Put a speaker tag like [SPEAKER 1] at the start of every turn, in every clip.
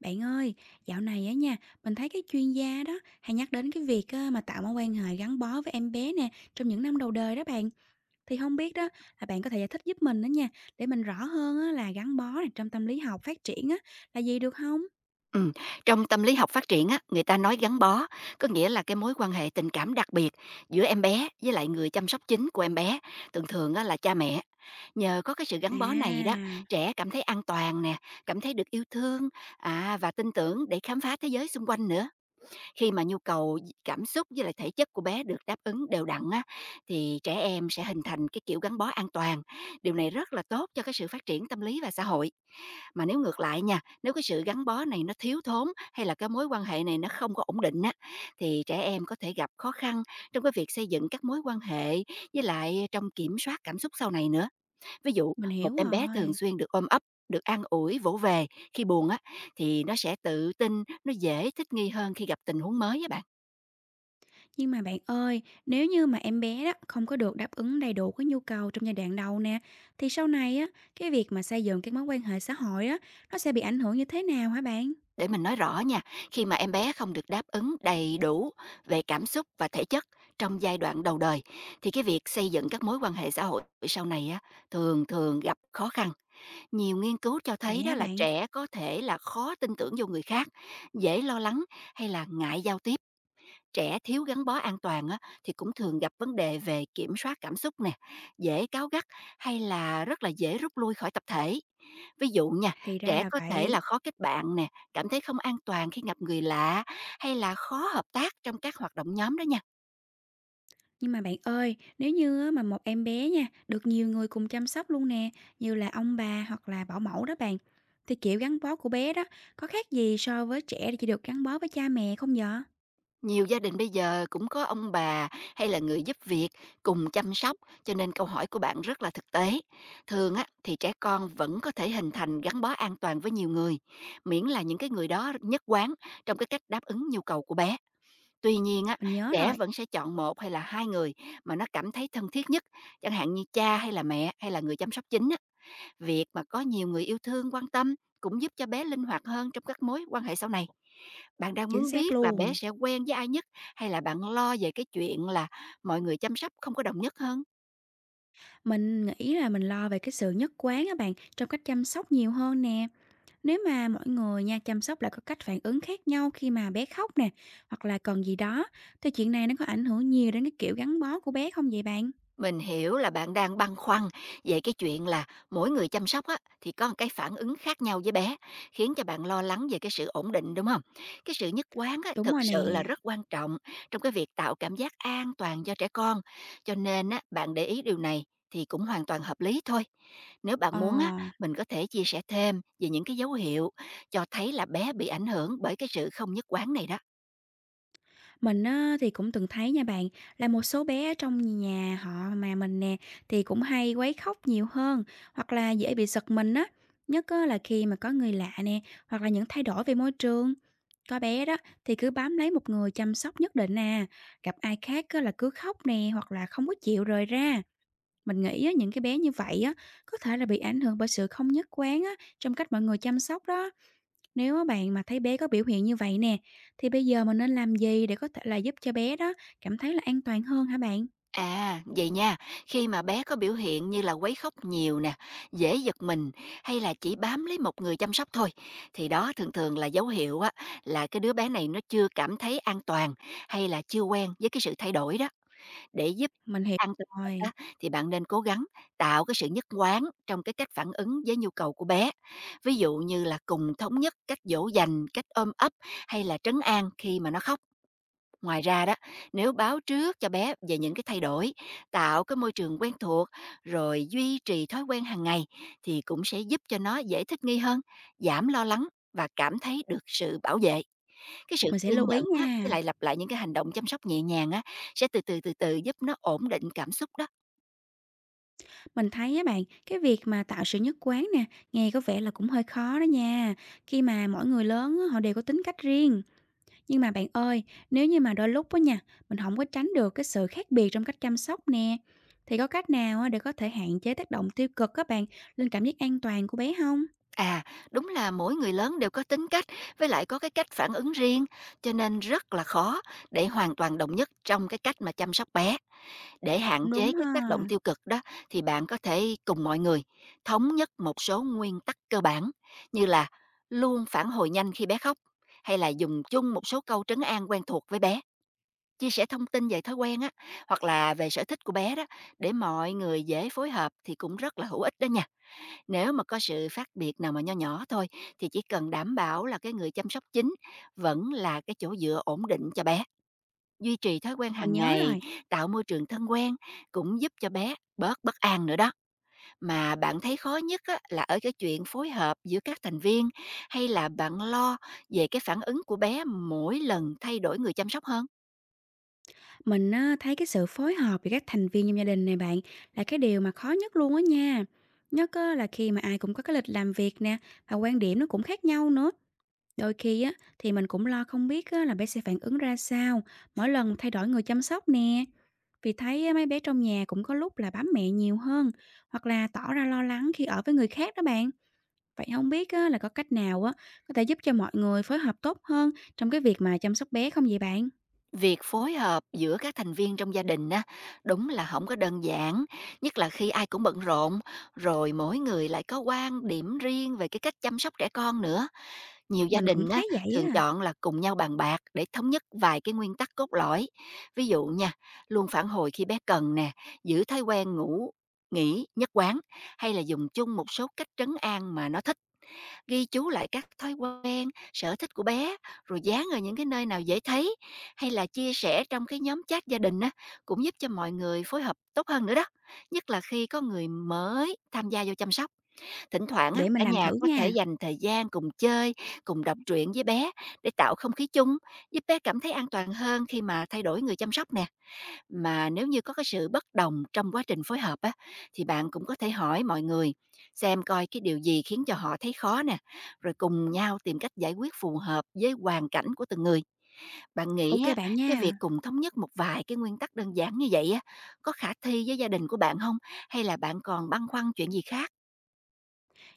[SPEAKER 1] Bạn ơi, dạo này á nha, mình thấy các chuyên gia đó hay nhắc đến cái việc á, mà tạo mối quan hệ gắn bó với em bé nè trong những năm đầu đời đó bạn. Thì không biết đó là bạn có thể giải thích giúp mình đó nha, để mình rõ hơn á, là gắn bó này trong tâm lý học phát triển á, là gì được không?
[SPEAKER 2] Ừm, Trong tâm lý học phát triển á, người ta nói gắn bó, có nghĩa là cái mối quan hệ tình cảm đặc biệt giữa em bé với lại người chăm sóc chính của em bé, thường thường á là cha mẹ. Nhờ có cái sự gắn
[SPEAKER 1] À,
[SPEAKER 2] bó này đó, trẻ cảm thấy an toàn nè, cảm thấy được yêu thương, và tin tưởng để khám phá thế giới xung quanh nữa. Khi mà nhu cầu cảm xúc với lại thể chất của bé được đáp ứng đều đặn á, thì trẻ em sẽ hình thành cái kiểu gắn bó an toàn, điều này rất là tốt cho cái sự phát triển tâm lý và xã hội. Mà nếu ngược lại nha, nếu cái sự gắn bó này nó thiếu thốn hay là cái mối quan hệ này nó không có ổn định á, thì trẻ em có thể gặp khó khăn trong cái việc xây dựng các mối quan hệ với lại trong kiểm soát cảm xúc sau này nữa. Ví dụ,
[SPEAKER 1] mình
[SPEAKER 2] một
[SPEAKER 1] hiểu
[SPEAKER 2] em bé thường
[SPEAKER 1] rồi.
[SPEAKER 2] xuyên được ôm ấp, được an ủi, vỗ về khi buồn á, thì nó sẽ tự tin, nó dễ thích nghi hơn khi gặp tình huống mới á bạn.
[SPEAKER 1] Nhưng mà bạn ơi, nếu như mà em bé đó không có được đáp ứng đầy đủ cái nhu cầu trong giai đoạn đầu nè, thì sau này á, cái việc mà xây dựng cái mối quan hệ xã hội á, nó sẽ bị ảnh hưởng như thế nào hả bạn?
[SPEAKER 2] Để mình nói rõ nha, khi mà em bé không được đáp ứng đầy đủ về cảm xúc và thể chất trong giai đoạn đầu đời, thì cái việc xây dựng các mối quan hệ xã hội sau này á, thường thường gặp khó khăn. Nhiều nghiên cứu cho
[SPEAKER 1] Vậy
[SPEAKER 2] thấy đó
[SPEAKER 1] hả
[SPEAKER 2] là
[SPEAKER 1] bạn?
[SPEAKER 2] trẻ có thể là khó tin tưởng vô người khác, dễ lo lắng hay là ngại giao tiếp. Trẻ thiếu gắn bó an toàn á, thì cũng thường gặp vấn đề về kiểm soát cảm xúc nè, dễ cáu gắt hay là rất là dễ rút lui khỏi tập thể. Ví dụ nha,
[SPEAKER 1] Thì ra
[SPEAKER 2] trẻ
[SPEAKER 1] là
[SPEAKER 2] có thể là
[SPEAKER 1] vậy.
[SPEAKER 2] khó kết bạn nè, cảm thấy không an toàn khi gặp người lạ hay là khó hợp tác trong các hoạt động nhóm đó nha.
[SPEAKER 1] Nhưng mà bạn ơi, nếu như á, mà một em bé nha, được nhiều người cùng chăm sóc luôn nè, như là ông bà hoặc là bảo mẫu đó bạn, thì kiểu gắn bó của bé đó có khác gì so với trẻ chỉ được gắn bó với cha mẹ không vậy?
[SPEAKER 2] Nhiều gia đình bây giờ cũng có ông bà hay là người giúp việc cùng chăm sóc, cho nên câu hỏi của bạn rất là thực tế. Thường á thì trẻ con vẫn có thể hình thành gắn bó an toàn với nhiều người, miễn là những cái người đó nhất quán trong cái cách đáp ứng nhu cầu của bé. Tuy nhiên á,
[SPEAKER 1] Mình nhớ
[SPEAKER 2] trẻ
[SPEAKER 1] rồi,
[SPEAKER 2] vẫn sẽ chọn một hay là hai người mà nó cảm thấy thân thiết nhất, chẳng hạn như cha hay là mẹ hay là người chăm sóc chính á. Việc mà có nhiều người yêu thương quan tâm cũng giúp cho bé linh hoạt hơn trong các mối quan hệ sau này. Bạn đang
[SPEAKER 1] chính
[SPEAKER 2] muốn
[SPEAKER 1] xác
[SPEAKER 2] biết là bé
[SPEAKER 1] luôn.
[SPEAKER 2] sẽ quen với ai nhất hay là bạn lo về cái chuyện là mọi người chăm sóc không có đồng nhất hơn?
[SPEAKER 1] Mình nghĩ là mình lo về cái sự nhất quán á bạn trong cách chăm sóc nhiều hơn nè. Nếu mà mỗi người nha chăm sóc lại có cách phản ứng khác nhau khi mà bé khóc nè, hoặc là cần gì đó, thì chuyện này nó có ảnh hưởng nhiều đến cái kiểu gắn bó của bé không vậy bạn?
[SPEAKER 2] Mình hiểu là bạn đang băn khoăn về cái chuyện là mỗi người chăm sóc á, thì có một cái phản ứng khác nhau với bé, khiến cho bạn lo lắng về cái sự ổn định, đúng không? Cái sự nhất quán á,
[SPEAKER 1] Đúng
[SPEAKER 2] thực
[SPEAKER 1] rồi
[SPEAKER 2] sự là
[SPEAKER 1] nè.
[SPEAKER 2] rất quan trọng trong cái việc tạo cảm giác an toàn cho trẻ con, cho nên á, bạn để ý điều này thì cũng hoàn toàn hợp lý thôi. Nếu bạn
[SPEAKER 1] Ờ,
[SPEAKER 2] muốn á, mình có thể chia sẻ thêm về những cái dấu hiệu cho thấy là bé bị ảnh hưởng bởi cái sự không nhất quán này đó.
[SPEAKER 1] mình á thì cũng từng thấy nha bạn, là một số bé ở trong nhà họ mà mình nè thì cũng hay quấy khóc nhiều hơn hoặc là dễ bị giật mình á, nhất á là khi mà có người lạ nè hoặc là những thay đổi về môi trường. Có bé đó thì cứ bám lấy một người chăm sóc nhất định à, gặp ai khác á là cứ khóc nè hoặc là không có chịu rời ra. Mình nghĩ á, những cái bé như vậy á có thể là bị ảnh hưởng bởi sự không nhất quán á trong cách mọi người chăm sóc đó. Nếu á bạn mà thấy bé có biểu hiện như vậy nè, thì bây giờ mình nên làm gì để có thể là giúp cho bé đó cảm thấy là an toàn hơn hả bạn?
[SPEAKER 2] À, vậy nha, khi mà bé có biểu hiện như là quấy khóc nhiều nè, dễ giật mình hay là chỉ bám lấy một người chăm sóc thôi, thì đó thường thường là dấu hiệu á, là cái đứa bé này nó chưa cảm thấy an toàn hay là chưa quen với cái sự thay đổi đó. Để giúp
[SPEAKER 1] Mình hiểu
[SPEAKER 2] an tâm hơn
[SPEAKER 1] rồi,
[SPEAKER 2] đó, thì bạn nên cố gắng tạo cái sự nhất quán trong cái cách phản ứng với nhu cầu của bé. Ví dụ như là cùng thống nhất cách dỗ dành, cách ôm ấp hay là trấn an khi mà nó khóc. Ngoài ra đó, nếu báo trước cho bé về những cái thay đổi, tạo cái môi trường quen thuộc, rồi duy trì thói quen hàng ngày thì cũng sẽ giúp cho nó dễ thích nghi hơn, giảm lo lắng và cảm thấy được sự bảo vệ. Cái sự
[SPEAKER 1] mình sẽ
[SPEAKER 2] kiên
[SPEAKER 1] lưu ý
[SPEAKER 2] nhẫn á, với
[SPEAKER 1] nha.
[SPEAKER 2] lại lặp lại những cái hành động chăm sóc nhẹ nhàng á, sẽ từ từ từ từ giúp nó ổn định cảm xúc đó.
[SPEAKER 1] Mình thấy á bạn, cái việc mà tạo sự nhất quán nè, nghe có vẻ là cũng hơi khó đó nha. Khi mà mỗi người lớn á, họ đều có tính cách riêng. Nhưng mà bạn ơi, nếu như mà đôi lúc á nha, mình không có tránh được cái sự khác biệt trong cách chăm sóc nè, thì có cách nào á để có thể hạn chế tác động tiêu cực các bạn lên cảm giác an toàn của bé không?
[SPEAKER 2] À, đúng là mỗi người lớn đều có tính cách với lại có cái cách phản ứng riêng, cho nên rất là khó để hoàn toàn đồng nhất trong cái cách mà chăm sóc bé. Để hạn
[SPEAKER 1] Cũng
[SPEAKER 2] chế
[SPEAKER 1] đúng ha,
[SPEAKER 2] các tác động tiêu cực đó thì bạn có thể cùng mọi người thống nhất một số nguyên tắc cơ bản, như là luôn phản hồi nhanh khi bé khóc hay là dùng chung một số câu trấn an quen thuộc với bé, chia sẻ thông tin về thói quen á hoặc là về sở thích của bé đó để mọi người dễ phối hợp thì cũng rất là hữu ích đó nha. Nếu mà có sự khác biệt nào mà nho nhỏ thôi thì chỉ cần đảm bảo là cái người chăm sóc chính vẫn là cái chỗ dựa ổn định cho bé, duy trì thói quen
[SPEAKER 1] mình
[SPEAKER 2] hàng
[SPEAKER 1] nhớ
[SPEAKER 2] ngày,
[SPEAKER 1] rồi.
[SPEAKER 2] tạo môi trường thân quen cũng giúp cho bé bớt bất an nữa đó. Mà bạn thấy khó nhất á, là ở cái chuyện phối hợp giữa các thành viên hay là bạn lo về cái phản ứng của bé mỗi lần thay đổi người chăm sóc hơn?
[SPEAKER 1] Mình á, thấy cái sự phối hợp giữa các thành viên trong gia đình này bạn là cái điều mà khó nhất luôn á nha. Nhất á, là khi mà ai cũng có cái lịch làm việc nè và quan điểm nó cũng khác nhau nữa. Đôi khi á, thì mình cũng lo không biết á, là bé sẽ phản ứng ra sao mỗi lần thay đổi người chăm sóc nè. Vì thấy á, mấy bé trong nhà cũng có lúc là bám mẹ nhiều hơn hoặc là tỏ ra lo lắng khi ở với người khác đó bạn. Vậy không biết á, là có cách nào á, có thể giúp cho mọi người phối hợp tốt hơn trong cái việc mà chăm sóc bé không vậy bạn?
[SPEAKER 2] Việc phối hợp giữa các thành viên trong gia đình á, đúng là không có đơn giản, nhất là khi ai cũng bận rộn, rồi mỗi người lại có quan điểm riêng về cái cách chăm sóc trẻ con nữa. Nhiều gia
[SPEAKER 1] Mình cũng
[SPEAKER 2] đình á
[SPEAKER 1] thấy vậy
[SPEAKER 2] thường
[SPEAKER 1] á.
[SPEAKER 2] chọn là cùng nhau bàn bạc để thống nhất vài cái nguyên tắc cốt lõi. Ví dụ nha, luôn phản hồi khi bé cần nè, giữ thói quen ngủ nghỉ nhất quán, hay là dùng chung một số cách trấn an mà nó thích. Ghi chú lại các thói quen, sở thích của bé, rồi dán ở những cái nơi nào dễ thấy, hay là chia sẻ trong cái nhóm chat gia đình á, cũng giúp cho mọi người phối hợp tốt hơn nữa đó. Nhất là khi có người mới tham gia vô chăm sóc. Thỉnh thoảng á,
[SPEAKER 1] Để mình
[SPEAKER 2] cả
[SPEAKER 1] làm
[SPEAKER 2] nhà
[SPEAKER 1] thử
[SPEAKER 2] có thể
[SPEAKER 1] nha.
[SPEAKER 2] dành thời gian cùng chơi, cùng đọc truyện với bé để tạo không khí chung, giúp bé cảm thấy an toàn hơn khi mà thay đổi người chăm sóc nè. Mà nếu như có cái sự bất đồng trong quá trình phối hợp á, thì bạn cũng có thể hỏi mọi người xem coi cái điều gì khiến cho họ thấy khó nè, rồi cùng nhau tìm cách giải quyết phù hợp với hoàn cảnh của từng người. Bạn
[SPEAKER 1] OK
[SPEAKER 2] nghĩ á,
[SPEAKER 1] bạn
[SPEAKER 2] cái việc
[SPEAKER 1] nha.
[SPEAKER 2] cùng thống nhất một vài cái nguyên tắc đơn giản như vậy á, có khả thi với gia đình của bạn không? Hay là bạn còn băn khoăn chuyện gì khác?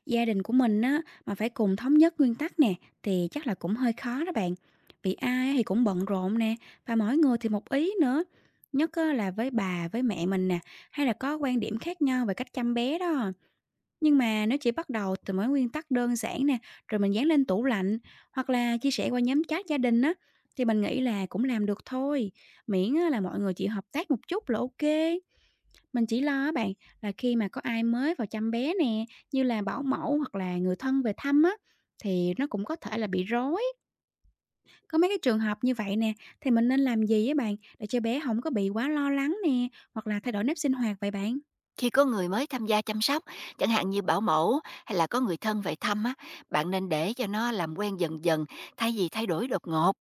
[SPEAKER 1] Gia đình của mình á, mà phải cùng thống nhất nguyên tắc nè, thì chắc là cũng hơi khó đó bạn. Vì ai thì cũng bận rộn nè, và mỗi người thì một ý nữa. Nhất á, là với bà, với mẹ mình nè, hay là có quan điểm khác nhau về cách chăm bé đó. Nhưng mà nếu chỉ bắt đầu từ mấy nguyên tắc đơn giản nè, rồi mình dán lên tủ lạnh, hoặc là chia sẻ qua nhóm chat gia đình á, thì mình nghĩ là cũng làm được thôi. Miễn á, là mọi người chịu hợp tác một chút là OK. Mình chỉ lo á bạn là khi mà có ai mới vào chăm bé nè, như là bảo mẫu hoặc là người thân về thăm á, thì nó cũng có thể là bị rối. Có mấy cái trường hợp như vậy nè, thì mình nên làm gì á bạn để cho bé không có bị quá lo lắng nè, hoặc là thay đổi nếp sinh hoạt vậy bạn?
[SPEAKER 2] Khi có người mới tham gia chăm sóc, chẳng hạn như bảo mẫu hay là có người thân về thăm á, bạn nên để cho nó làm quen dần dần thay vì thay đổi đột ngột.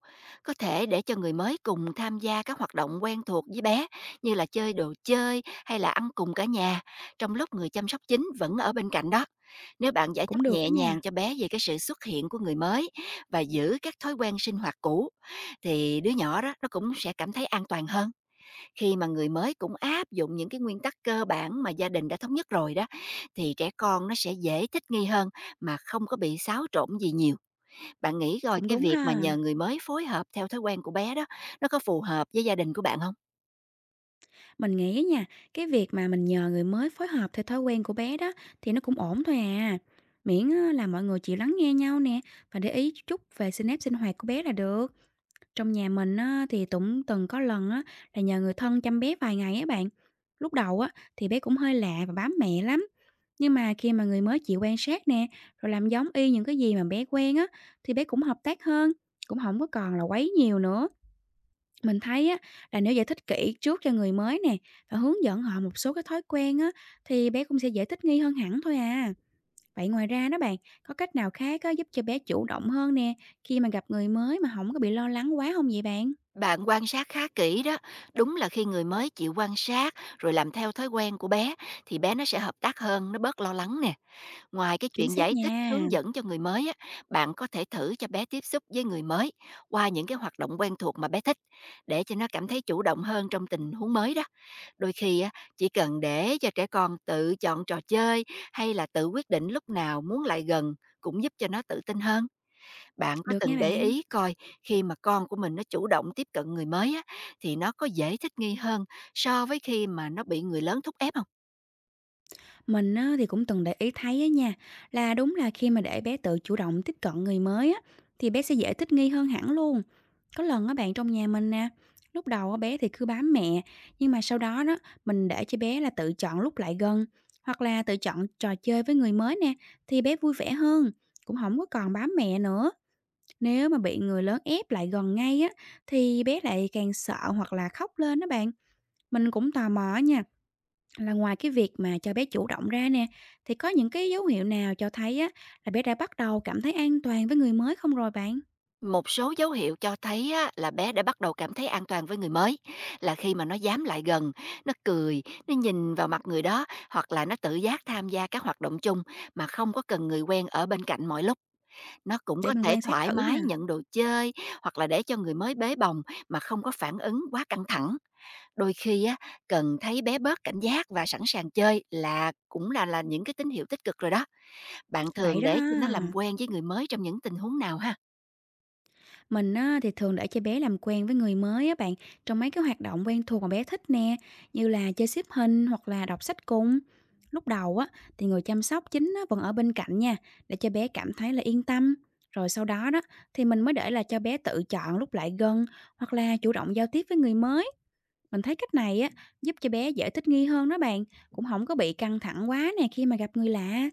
[SPEAKER 2] Có thể để cho người mới cùng tham gia các hoạt động quen thuộc với bé, như là chơi đồ chơi hay là ăn cùng cả nhà, trong lúc người chăm sóc chính vẫn ở bên cạnh đó. Nếu bạn giải
[SPEAKER 1] Cũng
[SPEAKER 2] thích
[SPEAKER 1] được á
[SPEAKER 2] nhẹ
[SPEAKER 1] nha,
[SPEAKER 2] nhàng cho bé về cái sự xuất hiện của người mới và giữ các thói quen sinh hoạt cũ thì đứa nhỏ đó nó cũng sẽ cảm thấy an toàn hơn. Khi mà người mới cũng áp dụng những cái nguyên tắc cơ bản mà gia đình đã thống nhất rồi đó, thì trẻ con nó sẽ dễ thích nghi hơn mà không có bị xáo trộn gì nhiều. Bạn nghĩ coi
[SPEAKER 1] cũng
[SPEAKER 2] cái
[SPEAKER 1] đúng
[SPEAKER 2] việc mà
[SPEAKER 1] ha.
[SPEAKER 2] nhờ người mới phối hợp theo thói quen của bé đó, nó có phù hợp với gia đình của bạn không?
[SPEAKER 1] Mình nghĩ á nha, cái việc mà mình nhờ người mới phối hợp theo thói quen của bé đó thì nó cũng ổn thôi à. Miễn á là mọi người chịu lắng nghe nhau nè và để ý chút về s nếp sinh hoạt của bé là được. Trong nhà mình á, thì cũng từng có lần á, là nhờ người thân chăm bé vài ngày á bạn. Lúc đầu á, thì bé cũng hơi lạ và bám mẹ lắm. Nhưng mà khi mà người mới chịu quan sát nè, rồi làm giống y những cái gì mà bé quen á, thì bé cũng hợp tác hơn, cũng không có còn là quấy nhiều nữa. Mình thấy á, là nếu giải thích kỹ trước cho người mới nè, và hướng dẫn họ một số cái thói quen á, thì bé cũng sẽ dễ thích nghi hơn hẳn thôi à. Vậy ngoài ra đó bạn, có cách nào khác á, giúp cho bé chủ động hơn nè, khi mà gặp người mới mà không có bị lo lắng quá không vậy bạn?
[SPEAKER 2] Bạn quan sát khá kỹ đó, đúng là khi người mới chịu quan sát rồi làm theo thói quen của bé thì bé nó sẽ hợp tác hơn, nó bớt lo lắng nè. Ngoài cái
[SPEAKER 1] Chính
[SPEAKER 2] chuyện
[SPEAKER 1] xác
[SPEAKER 2] giải thích,
[SPEAKER 1] nha,
[SPEAKER 2] hướng dẫn cho người mới á, bạn có thể thử cho bé tiếp xúc với người mới qua những cái hoạt động quen thuộc mà bé thích để cho nó cảm thấy chủ động hơn trong tình huống mới đó. Đôi khi á, chỉ cần để cho trẻ con tự chọn trò chơi hay là tự quyết định lúc nào muốn lại gần cũng giúp cho nó tự tin hơn. Bạn có
[SPEAKER 1] được nha
[SPEAKER 2] từng để
[SPEAKER 1] bạn.
[SPEAKER 2] ý coi khi mà con của mình nó chủ động tiếp cận người mới á, thì nó có dễ thích nghi hơn so với khi mà nó bị người lớn thúc ép không?
[SPEAKER 1] Mình á, thì cũng từng để ý thấy á nha, là đúng là khi mà để bé tự chủ động tiếp cận người mới á, thì bé sẽ dễ thích nghi hơn hẳn luôn. Có lần á bạn trong nhà mình nè, lúc đầu á, bé thì cứ bám mẹ, nhưng mà sau đó đó mình để cho bé là tự chọn lúc lại gần, hoặc là tự chọn trò chơi với người mới nè, thì bé vui vẻ hơn, cũng không có còn bám mẹ nữa. Nếu mà bị người lớn ép lại gần ngay á, thì bé lại càng sợ hoặc là khóc lên đó bạn. Mình cũng tò mò nha. Là ngoài cái việc mà cho bé chủ động ra nè, thì có những cái dấu hiệu nào cho thấy á là bé đã bắt đầu cảm thấy an toàn với người mới không rồi bạn?
[SPEAKER 2] Một số dấu hiệu cho thấy á, là bé đã bắt đầu cảm thấy an toàn với người mới là khi mà nó dám lại gần, nó cười, nó nhìn vào mặt người đó hoặc là nó tự giác tham gia các hoạt động chung mà không có cần người quen ở bên cạnh mọi lúc. Nó cũng
[SPEAKER 1] Để
[SPEAKER 2] có
[SPEAKER 1] mình
[SPEAKER 2] thể
[SPEAKER 1] quan sát
[SPEAKER 2] thoải
[SPEAKER 1] thử ha.
[SPEAKER 2] mái nhận đồ chơi hoặc là để cho người mới bế bồng mà không có phản ứng quá căng thẳng. Đôi khi á, cần thấy bé bớt cảnh giác và sẵn sàng chơi là cũng là những cái tín hiệu tích cực rồi đó. Bạn
[SPEAKER 1] Vậy
[SPEAKER 2] thường
[SPEAKER 1] đó
[SPEAKER 2] để cho nó làm
[SPEAKER 1] ha.
[SPEAKER 2] quen với người mới trong những tình huống nào ha?
[SPEAKER 1] Mình á, thì thường để cho bé làm quen với người mới á bạn trong mấy cái hoạt động quen thuộc mà bé thích nè, như là chơi xếp hình hoặc là đọc sách cùng. Lúc đầu á thì người chăm sóc chính á, vẫn ở bên cạnh nha, để cho bé cảm thấy là yên tâm. Rồi sau đó đó thì mình mới để là cho bé tự chọn lúc lại gần hoặc là chủ động giao tiếp với người mới. Mình thấy cách này á, giúp cho bé dễ thích nghi hơn đó bạn, cũng không có bị căng thẳng quá nè khi mà gặp người lạ.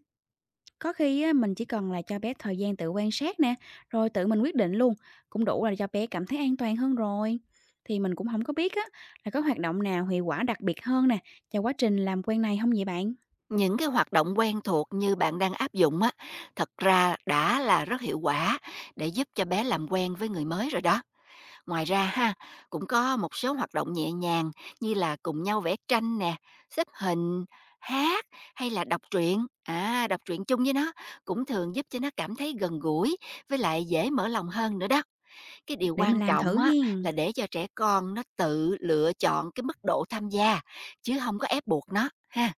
[SPEAKER 1] Có khi á, mình chỉ cần là cho bé thời gian tự quan sát nè, rồi tự mình quyết định luôn, cũng đủ là cho bé cảm thấy an toàn hơn rồi. Thì mình cũng không có biết á, là có hoạt động nào hiệu quả đặc biệt hơn nè, cho quá trình làm quen này không vậy bạn?
[SPEAKER 2] Những cái hoạt động quen thuộc như bạn đang áp dụng á, thật ra đã là rất hiệu quả để giúp cho bé làm quen với người mới rồi đó. Ngoài ra ha, cũng có một số hoạt động nhẹ nhàng như là cùng nhau vẽ tranh nè, xếp hình, hát, hay là đọc truyện chung với nó, cũng thường giúp cho nó cảm thấy gần gũi với lại dễ mở lòng hơn nữa đó. Cái điều
[SPEAKER 1] Để mình
[SPEAKER 2] quan
[SPEAKER 1] làm
[SPEAKER 2] trọng
[SPEAKER 1] thử
[SPEAKER 2] á,
[SPEAKER 1] hen,
[SPEAKER 2] là để cho trẻ con nó tự lựa chọn cái mức độ tham gia, chứ không có ép buộc nó ha.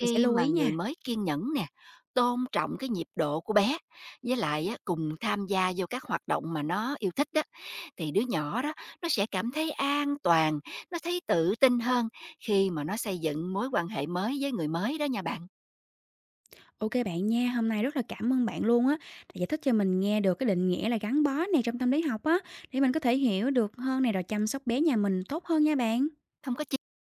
[SPEAKER 1] mình sẽ
[SPEAKER 2] Khi
[SPEAKER 1] lưu
[SPEAKER 2] mà
[SPEAKER 1] ý
[SPEAKER 2] người
[SPEAKER 1] nha.
[SPEAKER 2] mới kiên nhẫn nè, tôn trọng cái nhịp độ của bé, với lại á cùng tham gia vô các hoạt động mà nó yêu thích đó thì đứa nhỏ đó nó sẽ cảm thấy an toàn, nó thấy tự tin hơn khi mà nó xây dựng mối quan hệ mới với người mới đó nha bạn.
[SPEAKER 1] OK bạn nha, hôm nay rất là cảm ơn bạn luôn á, đã giải thích cho mình nghe được cái định nghĩa là gắn bó này trong tâm lý học á, để mình có thể hiểu được hơn này rồi chăm sóc bé nhà mình tốt hơn nha bạn.
[SPEAKER 2] Không có chi.